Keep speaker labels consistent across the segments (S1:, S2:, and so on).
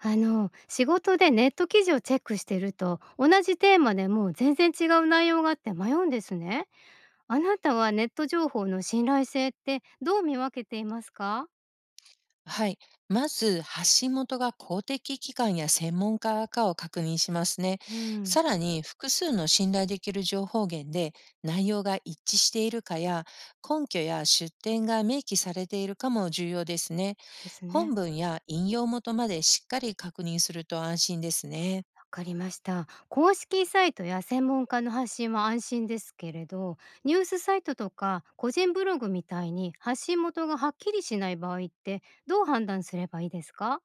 S1: 仕事でネット記事をチェックしてると、同じテーマでも全然違う内容があって迷うんですね。あなたはネット情報の信頼性ってどう見分けていますか？
S2: はい。まず、発信元が公的機関や専門家かを確認しますね。
S1: うん、
S2: さらに、複数の信頼できる情報源で内容が一致しているかや、根拠や出典が明記されているかも重要ですね。
S1: そうです
S2: 本
S1: ね。
S2: 文や引用元までしっかり確認すると安心ですね。
S1: わかりました。公式サイトや専門家の発信は安心ですけれど、ニュースサイトとか個人ブログみたいに発信元がはっきりしない場合ってどう判断すればいいですか？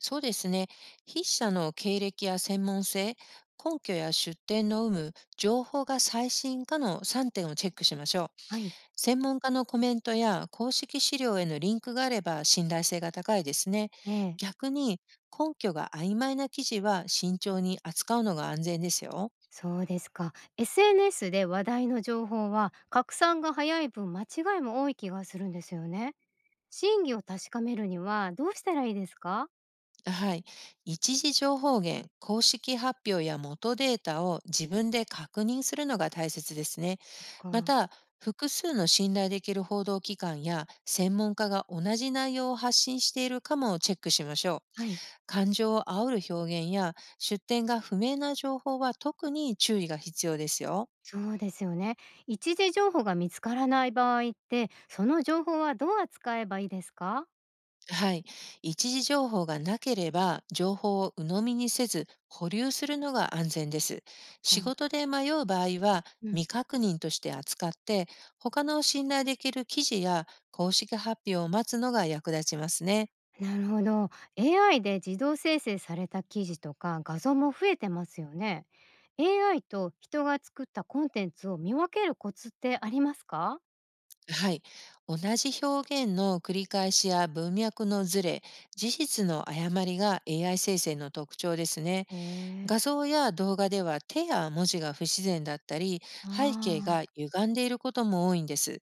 S2: そうですね。筆者の経歴や専門性、根拠や出典の有無、情報が最新かの3点をチェックしましょう。
S1: はい。
S2: 専門家のコメントや公式資料へのリンクがあれば信頼性が高いですね。
S1: ええ。
S2: 逆に根拠が曖昧な記事は慎重に扱うのが安全ですよ。
S1: そうですか。SNS で話題の情報は拡散が早い分間違いも多い気がするんですよね。真偽を確かめるにはどうしたらいいですか？
S2: はい。一時情報源、公式発表や元データを自分で確認するのが大切ですね。
S1: そっ
S2: ま
S1: か。
S2: た、複数の信頼できる報道機関や専門家が同じ内容を発信しているかもチェックしましょう。
S1: はい。
S2: 感情を煽る表現や出典が不明な情報は特に注意が必要ですよ。
S1: そうですよね。一時情報が見つからない場合って、その情報はどう扱えばいいですか？
S2: はい。一時情報がなければ情報を鵜呑みにせず保留するのが安全です。
S1: そっ
S2: 仕
S1: か。
S2: 事で迷う場合は
S1: うん。
S2: 未確認として扱って、他の信頼できる記事や公式発表を待つのが役立ちますね。
S1: なるほど。AI で自動生成された記事とか画像も増えてますよね。AI と人が作ったコンテンツを見分けるコツってありますか？
S2: はい。同じ表現の繰り返しや文脈のずれ、事実の誤りが AI 生成の特徴ですね。
S1: ええ、
S2: 画像や動画では手や文字が不自然だったり、背景
S1: あ
S2: が
S1: あ。
S2: 歪んでいることも多いんです。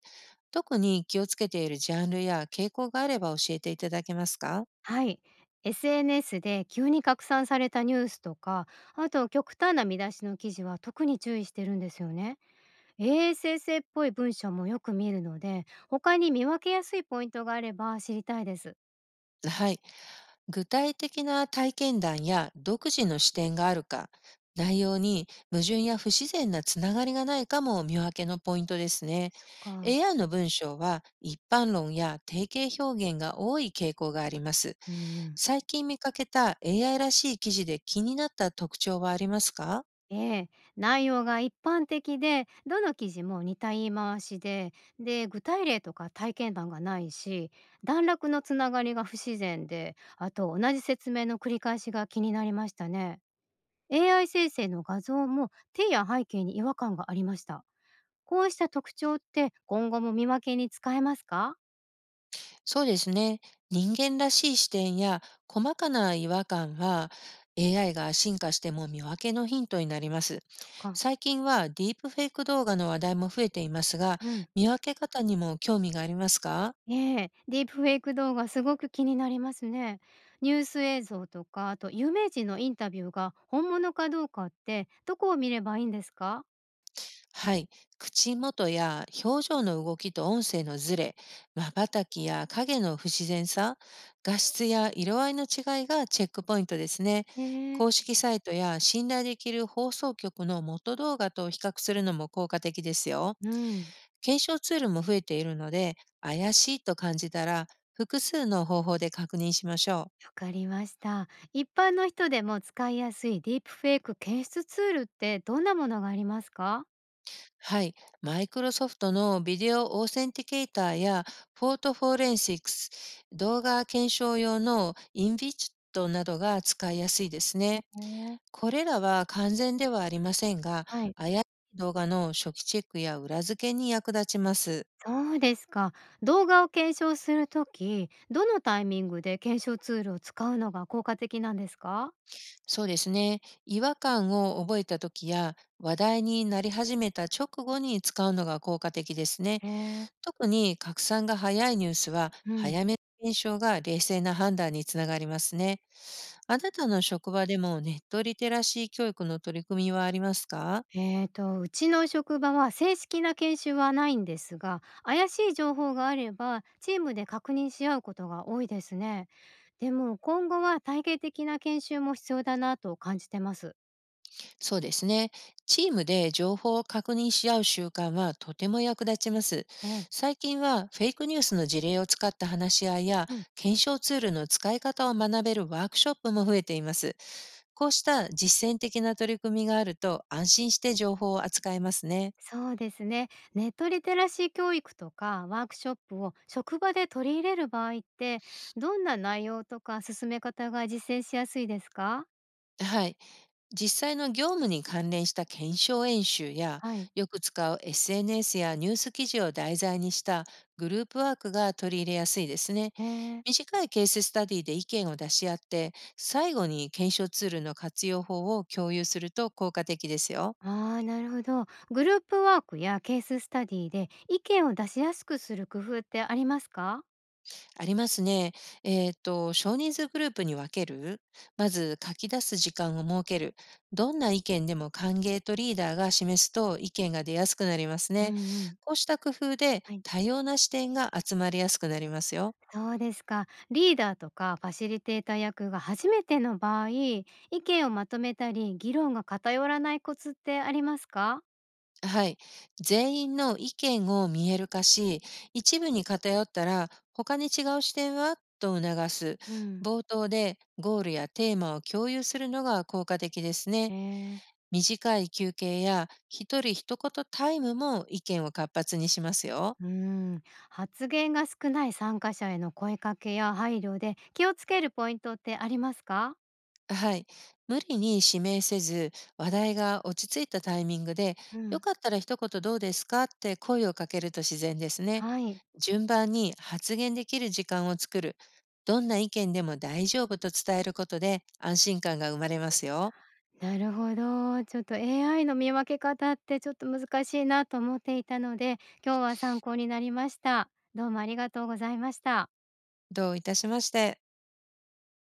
S2: 特に気をつけているジャンルや傾向があれば教えていただけますか？
S1: はい。SNS で急に拡散されたニュースとか、あと極端な見出しの記事は特に注意してるんですよね。ASS っぽい文章もよく見るので、他に見分けやすいポイントがあれば知りたいです。
S2: はい。具体的な体験談や独自の視点があるか、内容に矛盾や不自然なつながりがないかも見分けのポイントですね。
S1: そっか。
S2: AI の文章は一般論や定型表現が多い傾向があります。
S1: うんうん。
S2: 最近見かけた AI らしい記事で気になった特徴はありますか？
S1: ええ、内容が一般的でどの記事も似た言い回しで具体例とか体験談がないし段落のつながりが不自然であと同じ説明の繰り返しが気になりましたね。 AI 生成の画像も手や背景に違和感がありました。こうした特徴って今後も見分けに使えますか？
S2: そうですね。人間らしい視点や細かな違和感は AI が進化しても見分けのヒントになります。
S1: そっか。
S2: 最近はディープフェイク動画の話題も増えていますが、
S1: うん。
S2: 見分け方にも興味がありますか？
S1: ええ、ディープフェイク動画すごく気になりますね。ニュース映像とか、あと有名人のインタビューが本物かどうかって、どこを見ればいいんですか？
S2: はい。口元や表情の動きと音声のズレ、瞬きや影の不自然さ、画質や色合いの違いがチェックポイントですね。
S1: え
S2: 公
S1: え。
S2: 式サイトや信頼できる放送局の元動画と比較するのも効果的ですよ。
S1: うん、
S2: 検証ツールも増えているので、怪しいと感じたら複数の方法で確認しましょう。
S1: わかりました。一般の人でも使いやすいディープフェイク検出ツールってどんなものがありますか？
S2: はい。マイクロソフトのビデオオーセンティケーターやポートフォレンシックス、動画検証用のインビチットなどが使いやすいですね。
S1: ね。
S2: これらは完全ではありませんが、
S1: はい、
S2: 怪しい動画の初期チェックや裏付けに役立ちます。
S1: そうですか。動画を検証するとき、どのタイミングで検証ツールを使うのが効果的なんですか？
S2: そうですね。違和感を覚えた時や話題になり始めた直後に使うのが効果的ですね。
S1: ええ。
S2: 特に拡散が早いニュースは、
S1: うん。
S2: 早めの検証が冷静な判断につながりますね。あなたの職場でもネットリテラシー教育の取り組みはありますか？
S1: うちの職場は正式な研修はないんですが、怪しい情報があればチームで確認し合うことが多いですね。でも今後は体系的な研修も必要だなと感じてます。
S2: そうですね。チームで情報を確認し合う習慣はとても役立ちます。
S1: ええ、
S2: 最近はフェイクニュースの事例を使った話し合いや、
S1: うん、
S2: 検証ツールの使い方を学べるワークショップも増えています。こうした実践的な取り組みがあると安心して情報を扱えますね。
S1: そうですね。ネットリテラシー教育とかワークショップを職場で取り入れる場合って、どんな内容とか進め方が実践しやすいですか？
S2: はい。実際の業務に関連した検証演習や、
S1: はい。
S2: よく使う SNS やニュース記事を題材にしたグループワークが取り入れやすいですね。
S1: ええ。
S2: 短いケーススタディで意見を出し合って、最後に検証ツールの活用法を共有すると効果的ですよ。
S1: ああ、なるほど。グループワークやケーススタディで意見を出しやすくする工夫ってありますか？
S2: ありますね。少人数グループに分ける。まず書き出す時間を設ける。どんな意見でも歓迎とリーダーが示すと意見が出やすくなります
S1: う
S2: ね。
S1: んうん。
S2: こうした工夫で
S1: はい。
S2: 多様な視点が集まりやすくなりますよ。
S1: そうですか。リーダーとかファシリテーター役が初めての場合、意見をまとめたり、議論が偏らないコツってありますか？
S2: はい。全員の意見を見える化し、一部に偏ったら他に違う視点はと促す。
S1: うん。
S2: 冒頭でゴールやテーマを共有するのが効果的です
S1: え
S2: ね。
S1: ー、
S2: 短い休憩や一人一言タイムも意見を活発にしますよ。
S1: うん、発言が少ない参加者への声かけや配慮で気をつけるポイントってありますか？
S2: はい。無理に指名せず、話題が落ち着いたタイミングで、
S1: う
S2: よ
S1: ん。
S2: かったら一言どうですかって声をかけると自然ですね。
S1: はい。
S2: 順番に発言できる時間を作る。どんな意見でも大丈夫と伝えることで安心感が生まれますよ。
S1: なるほど。ちょっと AI の見分け方ってちょっと難しいなと思っていたので、今日は参考になりました。どうもありがとうございました。
S2: どういたしまして。